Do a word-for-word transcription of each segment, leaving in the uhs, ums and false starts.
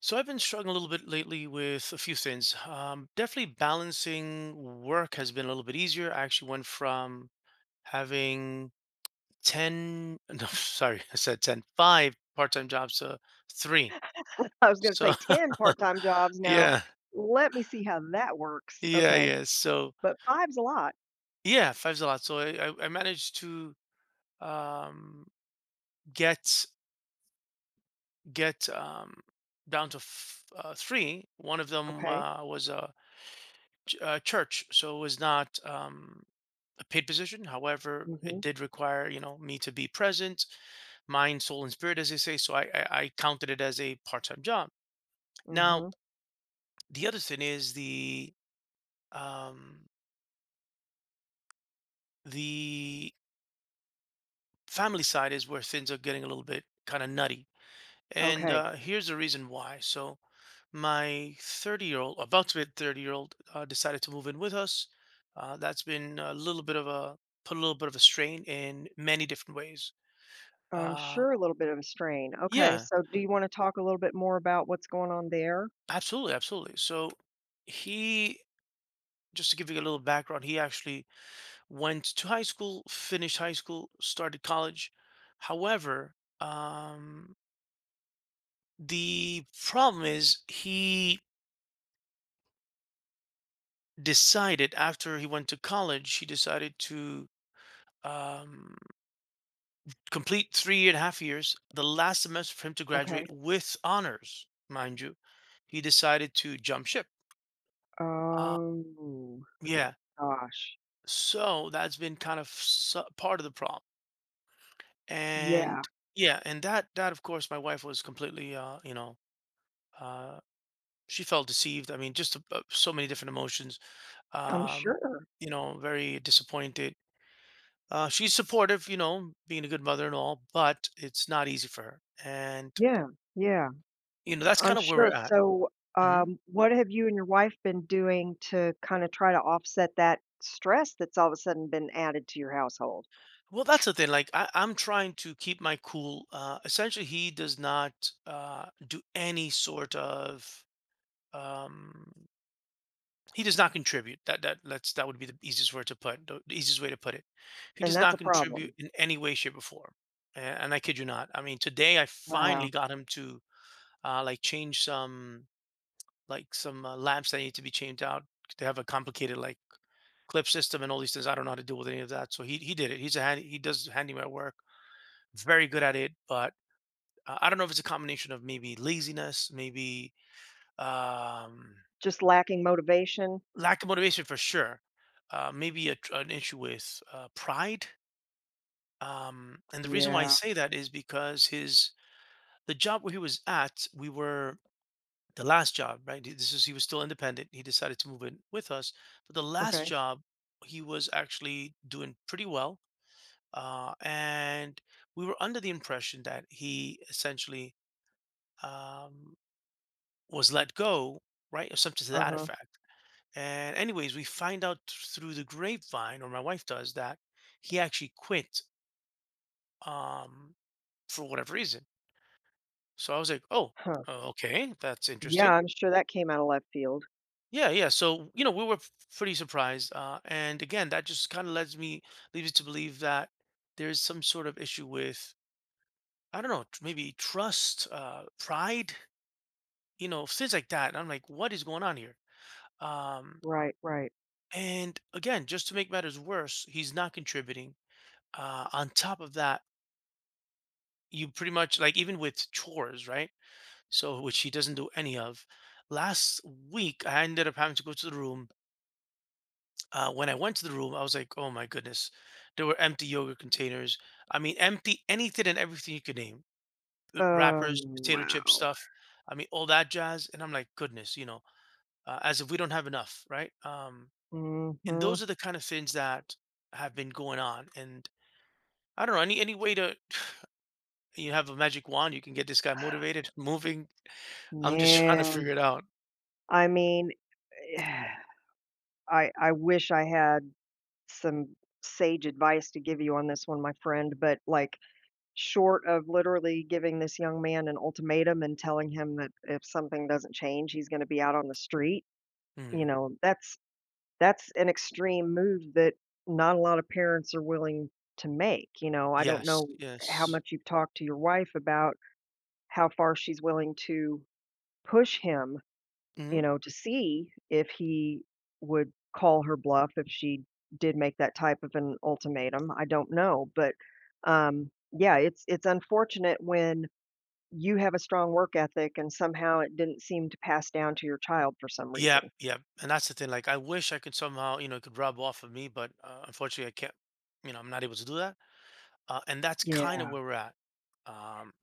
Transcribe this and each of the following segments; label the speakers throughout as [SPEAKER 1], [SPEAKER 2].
[SPEAKER 1] So I've been struggling a little bit lately with a few things. Um, definitely balancing work has been a little bit easier. I actually went from having ten, no, sorry, I said ten, part part-time jobs to three.
[SPEAKER 2] I was gonna say
[SPEAKER 1] So
[SPEAKER 2] ten part-time jobs now.
[SPEAKER 1] yeah,
[SPEAKER 2] Let me see how that works.
[SPEAKER 1] yeah,
[SPEAKER 2] Okay,
[SPEAKER 1] yeah. So
[SPEAKER 2] but five's a lot.
[SPEAKER 1] yeah, five's a lot. So I, I, I managed to um, get get um, down to f- uh, three. One of them
[SPEAKER 2] Okay.
[SPEAKER 1] uh, was a, ch- a church, so it was not. Um, a paid position. However, it
[SPEAKER 2] Mhm,
[SPEAKER 1] did require, you know, me to be present, mind, soul, and spirit, as they say. So I, I, I counted it as a part-time job. Now,
[SPEAKER 2] mhm.
[SPEAKER 1] the other thing is the um, the family side is where things are getting a little bit kind of nutty. And
[SPEAKER 2] Okay.
[SPEAKER 1] uh, here's the reason why. So my thirty-year-old, about to be thirty-year-old, uh, decided to move in with us. Uh, that's been a little bit of a put a little bit of a strain in many different ways.
[SPEAKER 2] I'm
[SPEAKER 1] Uh,
[SPEAKER 2] sure a little bit of a strain. Okay,
[SPEAKER 1] yeah,
[SPEAKER 2] so do you wanna talk a little bit more about what's going on there?
[SPEAKER 1] absolutely, absolutely. So he, just to give you a little background, he actually went to high school, finished high school, started college. However, um, the problem is he decided after he went to college, he decided to um, complete three and a half years, the last semester for him to graduate
[SPEAKER 2] Okay.
[SPEAKER 1] with honors, mind you. He decided to jump ship. Uh,
[SPEAKER 2] Oh,
[SPEAKER 1] yeah.
[SPEAKER 2] gosh.
[SPEAKER 1] So that's been kind of su- part of the problem
[SPEAKER 2] Yeah,
[SPEAKER 1] and yeah, and that that of course my wife was completely uh you know, uh she felt deceived. I mean, just uh, so many different emotions.
[SPEAKER 2] I'm
[SPEAKER 1] um
[SPEAKER 2] sure.
[SPEAKER 1] you know, very disappointed, uh she's supportive, you know, being a good mother and all, but it's not easy for her. And
[SPEAKER 2] Yeah, yeah,
[SPEAKER 1] you know, that's
[SPEAKER 2] I'm
[SPEAKER 1] kind of where
[SPEAKER 2] sure.
[SPEAKER 1] we're at.
[SPEAKER 2] So,
[SPEAKER 1] hmm
[SPEAKER 2] um, what have you and your wife been doing to kinda try to offset that stress that's all of a sudden been added to your household?
[SPEAKER 1] well that's the thing. Like I, I'm trying to keep my cool. Uh essentially, he does not uh do any sort of, um he does not contribute. That that let's that would be the easiest word to put, the the easiest way to put it. He
[SPEAKER 2] And
[SPEAKER 1] does
[SPEAKER 2] that's a
[SPEAKER 1] not contribute
[SPEAKER 2] problem.
[SPEAKER 1] in any way, shape, or form. A- And, I kid you not. I mean, today I
[SPEAKER 2] Wow.
[SPEAKER 1] finally got him to uh, like change some like some uh, lamps that need to be changed out. They have a complicated like clip system and all these things. I don't know how to deal with any of that. So he he did it. He's a hand, he does handyman work. Very good at it. But uh, I don't know if it's a combination of maybe laziness, maybe um
[SPEAKER 2] Just lacking motivation?
[SPEAKER 1] lack of motivation for sure. Uh, maybe a, tr- an issue with uh, pride. Um, and the reason why I
[SPEAKER 2] Yeah.
[SPEAKER 1] say that is because his the job where he was at, we were the last job, right? This is he was still independent. He decided to move in with us, but the last
[SPEAKER 2] Okay.
[SPEAKER 1] job he was actually doing pretty well, uh, and we were under the impression that he essentially um, was let go, right, or something to that
[SPEAKER 2] Uh-huh.
[SPEAKER 1] effect. And anyways, we find out through the grapevine, or my wife does, that he actually quit, um, for whatever reason. So I was like, oh,
[SPEAKER 2] Huh. Huh.
[SPEAKER 1] uh, okay, that's
[SPEAKER 2] Yeah,
[SPEAKER 1] interesting.
[SPEAKER 2] I'm sure that came out of left field.
[SPEAKER 1] Yeah, yeah. So you know, we were pretty surprised, uh, and again, that just kind of leads me leads me to believe that there's some sort of issue with, I don't know, tr- maybe trust, uh, pride, you know, things like that. And I'm like, what is going on here? Um,
[SPEAKER 2] Right, right.
[SPEAKER 1] and again, just to make matters worse, he's not contributing. Uh, on top of that, you pretty much like even with chores, right? So which she doesn't do any of. Last week, I ended up having to go to the room. Uh, when I went to the room, I was like, "Oh my goodness!" There were empty yogurt containers. I mean, empty anything and everything you could name: uh, wrappers,
[SPEAKER 2] Um,
[SPEAKER 1] potato chip
[SPEAKER 2] wow.
[SPEAKER 1] stuff. I mean, all that jazz. And I'm like, "Goodness," you know, uh, as if we don't have enough, right? Um, and
[SPEAKER 2] Mhm.
[SPEAKER 1] those are the kind of things that have been going on. And I don't know any any way to, you have a magic wand, you can get this guy motivated, moving, I'm just trying to
[SPEAKER 2] Man.
[SPEAKER 1] figure it out.
[SPEAKER 2] I mean, I I wish I had some sage advice to give you on this one, my friend, but, like, short of literally giving this young man an ultimatum and telling him that if something doesn't change, he's gonna be out on the street, you
[SPEAKER 1] Mhm.
[SPEAKER 2] know, that's That's an extreme move that not a lot of parents are willing to make. You know, I don't
[SPEAKER 1] Yes,
[SPEAKER 2] know how
[SPEAKER 1] yes.
[SPEAKER 2] much you've talked to your wife about how far she's willing to push him, you
[SPEAKER 1] Mhm.
[SPEAKER 2] know, to see if he would call her bluff if she did make that type of an ultimatum, I don't know, but, um, yeah, it's it's unfortunate when you have a strong work ethic and somehow it didn't seem to pass down to your child for some
[SPEAKER 1] Yep,
[SPEAKER 2] reason.
[SPEAKER 1] yep, and that's the thing, like, I wish I could somehow, you know, it could rub off of me, but, uh, unfortunately, I can't, you know, I'm not able to do that, uh, and that's kinda
[SPEAKER 2] Yeah.
[SPEAKER 1] where we're at. Um,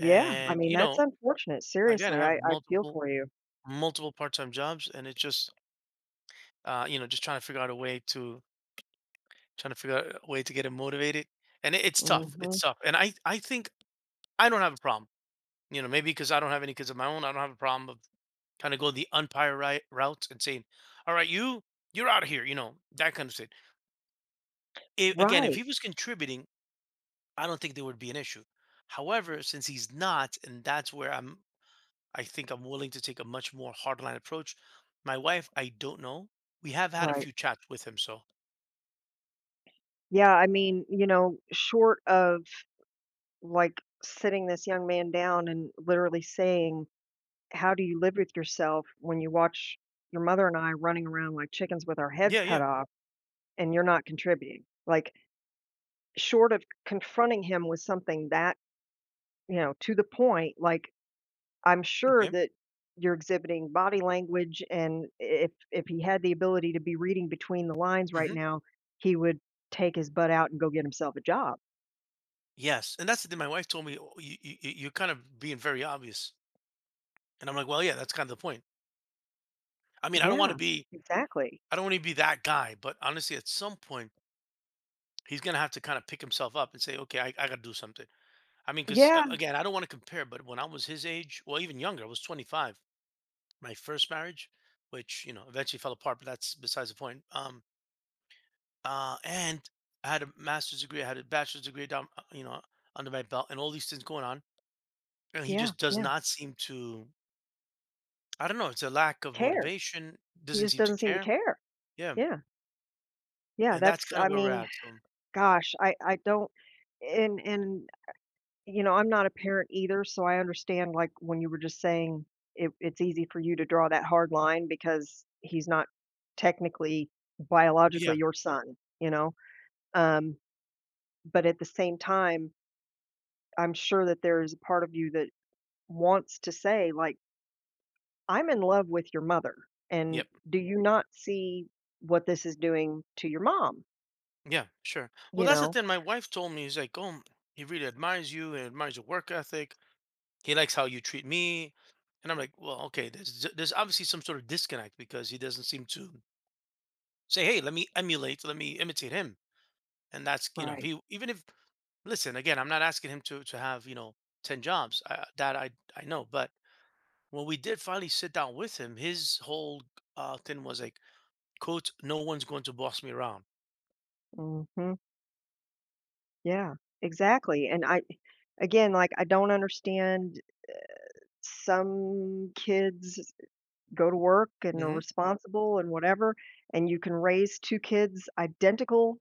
[SPEAKER 2] Yeah, I
[SPEAKER 1] and,
[SPEAKER 2] mean,
[SPEAKER 1] you
[SPEAKER 2] that's
[SPEAKER 1] know,
[SPEAKER 2] unfortunate,
[SPEAKER 1] again, I
[SPEAKER 2] seriously, I
[SPEAKER 1] have
[SPEAKER 2] I feel
[SPEAKER 1] multiple
[SPEAKER 2] for you.
[SPEAKER 1] multiple part-time jobs, and it's just uh, you know, just trying to figure out a way to trying to figure out a way to get him motivated. And it, it's tough.
[SPEAKER 2] Mhm.
[SPEAKER 1] It's tough. And I I think I don't have a problem. You know, maybe because I don't have any kids of my own, I don't have a problem of kind of go the umpire right route and saying, "All right, you you're out of here," you know, that kind of thing. I again, if
[SPEAKER 2] Right,
[SPEAKER 1] he was contributing, I don't think there would be an issue. However, since he's not, and that's where I'm I think I'm willing to take a much more hardline approach. My wife, I don't know. We have had a
[SPEAKER 2] right.
[SPEAKER 1] few chats with him, so
[SPEAKER 2] Yeah, I mean, you know, short of, like, sitting this young man down and literally saying, "How do you live with yourself when you watch your mother and I running around like chickens with our heads
[SPEAKER 1] yeah,
[SPEAKER 2] cut
[SPEAKER 1] yeah,
[SPEAKER 2] off, and you're not contributing?" Like, short of confronting him with something that, you know, to the point, like, I'm sure
[SPEAKER 1] okay.
[SPEAKER 2] that you're exhibiting body language, and if if he had the ability to be reading between the lines right
[SPEAKER 1] Mhm.
[SPEAKER 2] now, he would take his butt out and go get himself a job.
[SPEAKER 1] Yes, and that's the thing. My wife told me, "Oh, you, you, you- you're kind of being very obvious," and I'm like, "Well, yeah, that's kind of the point." I mean, I don't want to
[SPEAKER 2] Yeah,
[SPEAKER 1] be,
[SPEAKER 2] exactly.
[SPEAKER 1] I don't want to be that guy, but honestly, at some point, he's gonna have to kind of pick himself up and say, "Okay, I, I got to do something." I mean, because uh,
[SPEAKER 2] Yeah,
[SPEAKER 1] again, I don't want to compare, but when I was his age, well, even younger, I was twenty-five, my first marriage, which you know eventually fell apart, but that's besides the point. Um, uh, and I had a master's degree, I had a bachelor's degree down, uh, you know, under my belt, and all these things going on, and he
[SPEAKER 2] yeah,
[SPEAKER 1] just does
[SPEAKER 2] yeah.
[SPEAKER 1] not seem to, I don't know, it's a lack of
[SPEAKER 2] Care.
[SPEAKER 1] motivation,
[SPEAKER 2] He
[SPEAKER 1] doesn't
[SPEAKER 2] just
[SPEAKER 1] seem to
[SPEAKER 2] doesn't seem to
[SPEAKER 1] care.
[SPEAKER 2] care.
[SPEAKER 1] Yeah,
[SPEAKER 2] Yeah, yeah.
[SPEAKER 1] and that's
[SPEAKER 2] That's
[SPEAKER 1] kinda
[SPEAKER 2] I
[SPEAKER 1] where we're
[SPEAKER 2] mean,
[SPEAKER 1] at, so
[SPEAKER 2] gosh, I I don't and and you know, I'm not a parent either, so I understand, like, when you were just saying it it's easy for you to draw that hard line because he's not technically,
[SPEAKER 1] yeah,
[SPEAKER 2] biologically your son, you know? Um, but at the same time, I'm sure that there is a part of you that wants to say, like, "I'm in love with your mother, and
[SPEAKER 1] yep,
[SPEAKER 2] do you not see what this is doing to your mom?"
[SPEAKER 1] yeah, sure. Well,
[SPEAKER 2] You
[SPEAKER 1] that's the
[SPEAKER 2] know?
[SPEAKER 1] thing, my wife told me, he's like, "Oh, he really admires you and admires your work ethic. He likes how you treat me." And I'm like, "Well, okay, there's there's obviously some sort of disconnect because he doesn't seem to say, 'Hey, let me emulate, let me imitate him.'" And that's, you know, if
[SPEAKER 2] Right.
[SPEAKER 1] he even if, listen, again, I'm not asking him to to have, you know, ten jobs, I that I I know, but when we did finally sit down with him, his whole uh, thing was like, "Coach, no one's going to boss me around."
[SPEAKER 2] Mhm. Yeah, exactly, and I again, like, I don't understand some kids go to work and are
[SPEAKER 1] Hmm.
[SPEAKER 2] responsible and whatever, and you can raise two kids identical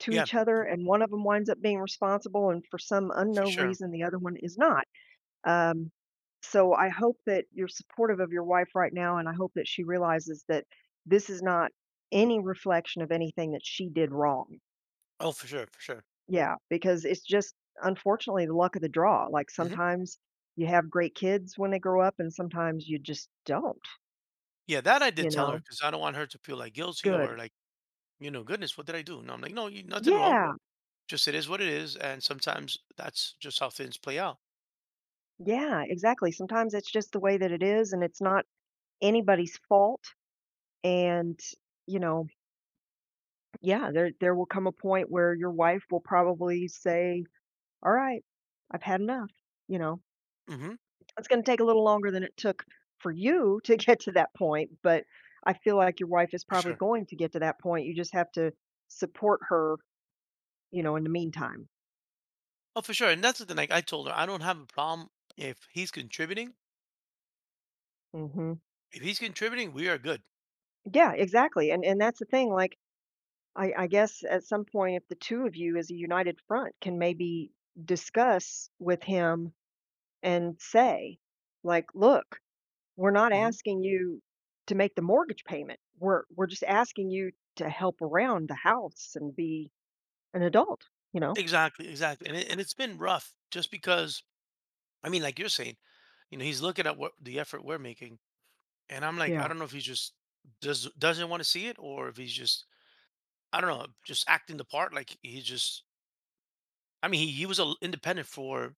[SPEAKER 2] to
[SPEAKER 1] Yeah,
[SPEAKER 2] each other, and one of them winds up being responsible, and for some
[SPEAKER 1] for
[SPEAKER 2] unknown
[SPEAKER 1] sure.
[SPEAKER 2] reason, the other one is not. Um, so I hope that you're supportive of your wife right now, and I hope that she realizes that this is not any reflection of anything that she did wrong.
[SPEAKER 1] Oh, for sure, for sure.
[SPEAKER 2] Yeah, because it's just, unfortunately, the luck of the draw. Like,
[SPEAKER 1] Hmm.
[SPEAKER 2] sometimes you have great kids when they grow up, and sometimes you just don't.
[SPEAKER 1] Yeah, that I
[SPEAKER 2] You
[SPEAKER 1] did tell her
[SPEAKER 2] know?
[SPEAKER 1] because I don't want her to feel like guilty
[SPEAKER 2] Good.
[SPEAKER 1] or like, you know, goodness, what did I do? No, I'm like, no, you, nothing wrong.
[SPEAKER 2] Yeah.
[SPEAKER 1] Just it is what it is, and sometimes that's just how things play out.
[SPEAKER 2] Yeah, exactly. Sometimes it's just the way that it is, and it's not anybody's fault, and, you know, yeah, there there will come a point where your wife will probably say, "Alright, I've had enough," you know?
[SPEAKER 1] Hmm.
[SPEAKER 2] It's gonna take a little longer than it took for you to get to that point, but I feel like your wife is
[SPEAKER 1] For
[SPEAKER 2] probably
[SPEAKER 1] sure.
[SPEAKER 2] going to get to that point, you just have to support her, you know, in the meantime.
[SPEAKER 1] Oh, for sure. And that's the thing. Like I told her, I don't have a problem if he's contributing.
[SPEAKER 2] Mhm.
[SPEAKER 1] If he's contributing, we are good.
[SPEAKER 2] Yeah, exactly, and and that's the thing, like I I guess at some point, if the two of you as a united front can maybe discuss with him and say, like, "Look, we're not
[SPEAKER 1] Hmm.
[SPEAKER 2] asking you to make the mortgage payment. We're we're just asking you to help around the house and be an adult," you know?
[SPEAKER 1] Exactly, exactly. And it, and it's been rough just because I mean, like you're saying, you know, he's looking at what the effort we're making, and I'm like, I
[SPEAKER 2] Yeah.
[SPEAKER 1] don't know if he just does doesn't want to see it, or if he's just, I don't know, just acting the part. Like he just, I mean, he he was a, independent for,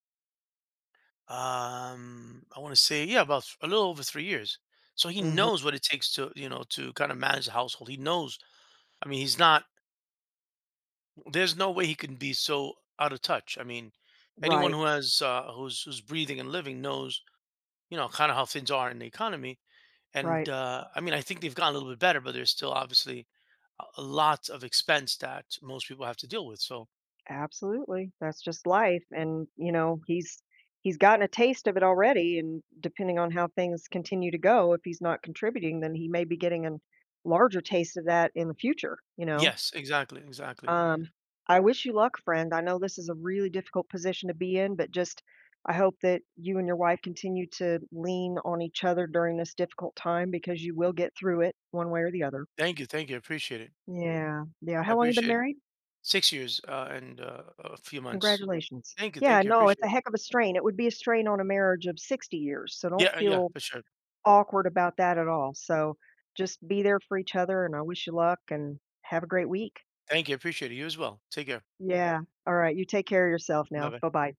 [SPEAKER 1] um, I want to say, yeah, about th- a little over three years. So he
[SPEAKER 2] Mhm.
[SPEAKER 1] knows what it takes to, you know, to kind of manage the household. He knows. I mean, he's not. There's no way he can be so out of touch. I mean, anyone
[SPEAKER 2] Right,
[SPEAKER 1] who has uh, who's who's breathing and living knows, you know, kind of how things are in the economy.
[SPEAKER 2] right.
[SPEAKER 1] And, uh, I mean, I think they've gotten a little bit better, but there's still obviously a a lot of expense that most people have to deal with. So,
[SPEAKER 2] Absolutely. That's just life, and, you know, he's he's gotten a taste of it already, and depending on how things continue to go, if he's not contributing, then he may be getting a larger taste of that in the future, you know?
[SPEAKER 1] yes, exactly, exactly.
[SPEAKER 2] Um, I wish you luck, friend. I know this is a really difficult position to be in, but just I hope that you and your wife continue to lean on each other during this difficult time because you will get through it one way or the other.
[SPEAKER 1] Thank you, thank you. I appreciate it.
[SPEAKER 2] Yeah. Yeah.
[SPEAKER 1] I
[SPEAKER 2] How long you been
[SPEAKER 1] appreciate it.
[SPEAKER 2] married?
[SPEAKER 1] six years, uh, and, uh, a few months.
[SPEAKER 2] Congratulations.
[SPEAKER 1] Thank you,
[SPEAKER 2] Yeah,
[SPEAKER 1] thank you. I
[SPEAKER 2] no, it's
[SPEAKER 1] appreciate
[SPEAKER 2] a
[SPEAKER 1] it.
[SPEAKER 2] heck of a strain. It would be a strain on a marriage of sixty years, so don't
[SPEAKER 1] Yeah, yeah,
[SPEAKER 2] feel
[SPEAKER 1] for sure.
[SPEAKER 2] awkward about that at all. So just be there for each other, and I wish you luck and have a great week.
[SPEAKER 1] Thank you. I appreciate it. You as well. Take care.
[SPEAKER 2] Yeah. All right. You take care of yourself now.
[SPEAKER 1] Bye-bye.
[SPEAKER 2] Bye bye.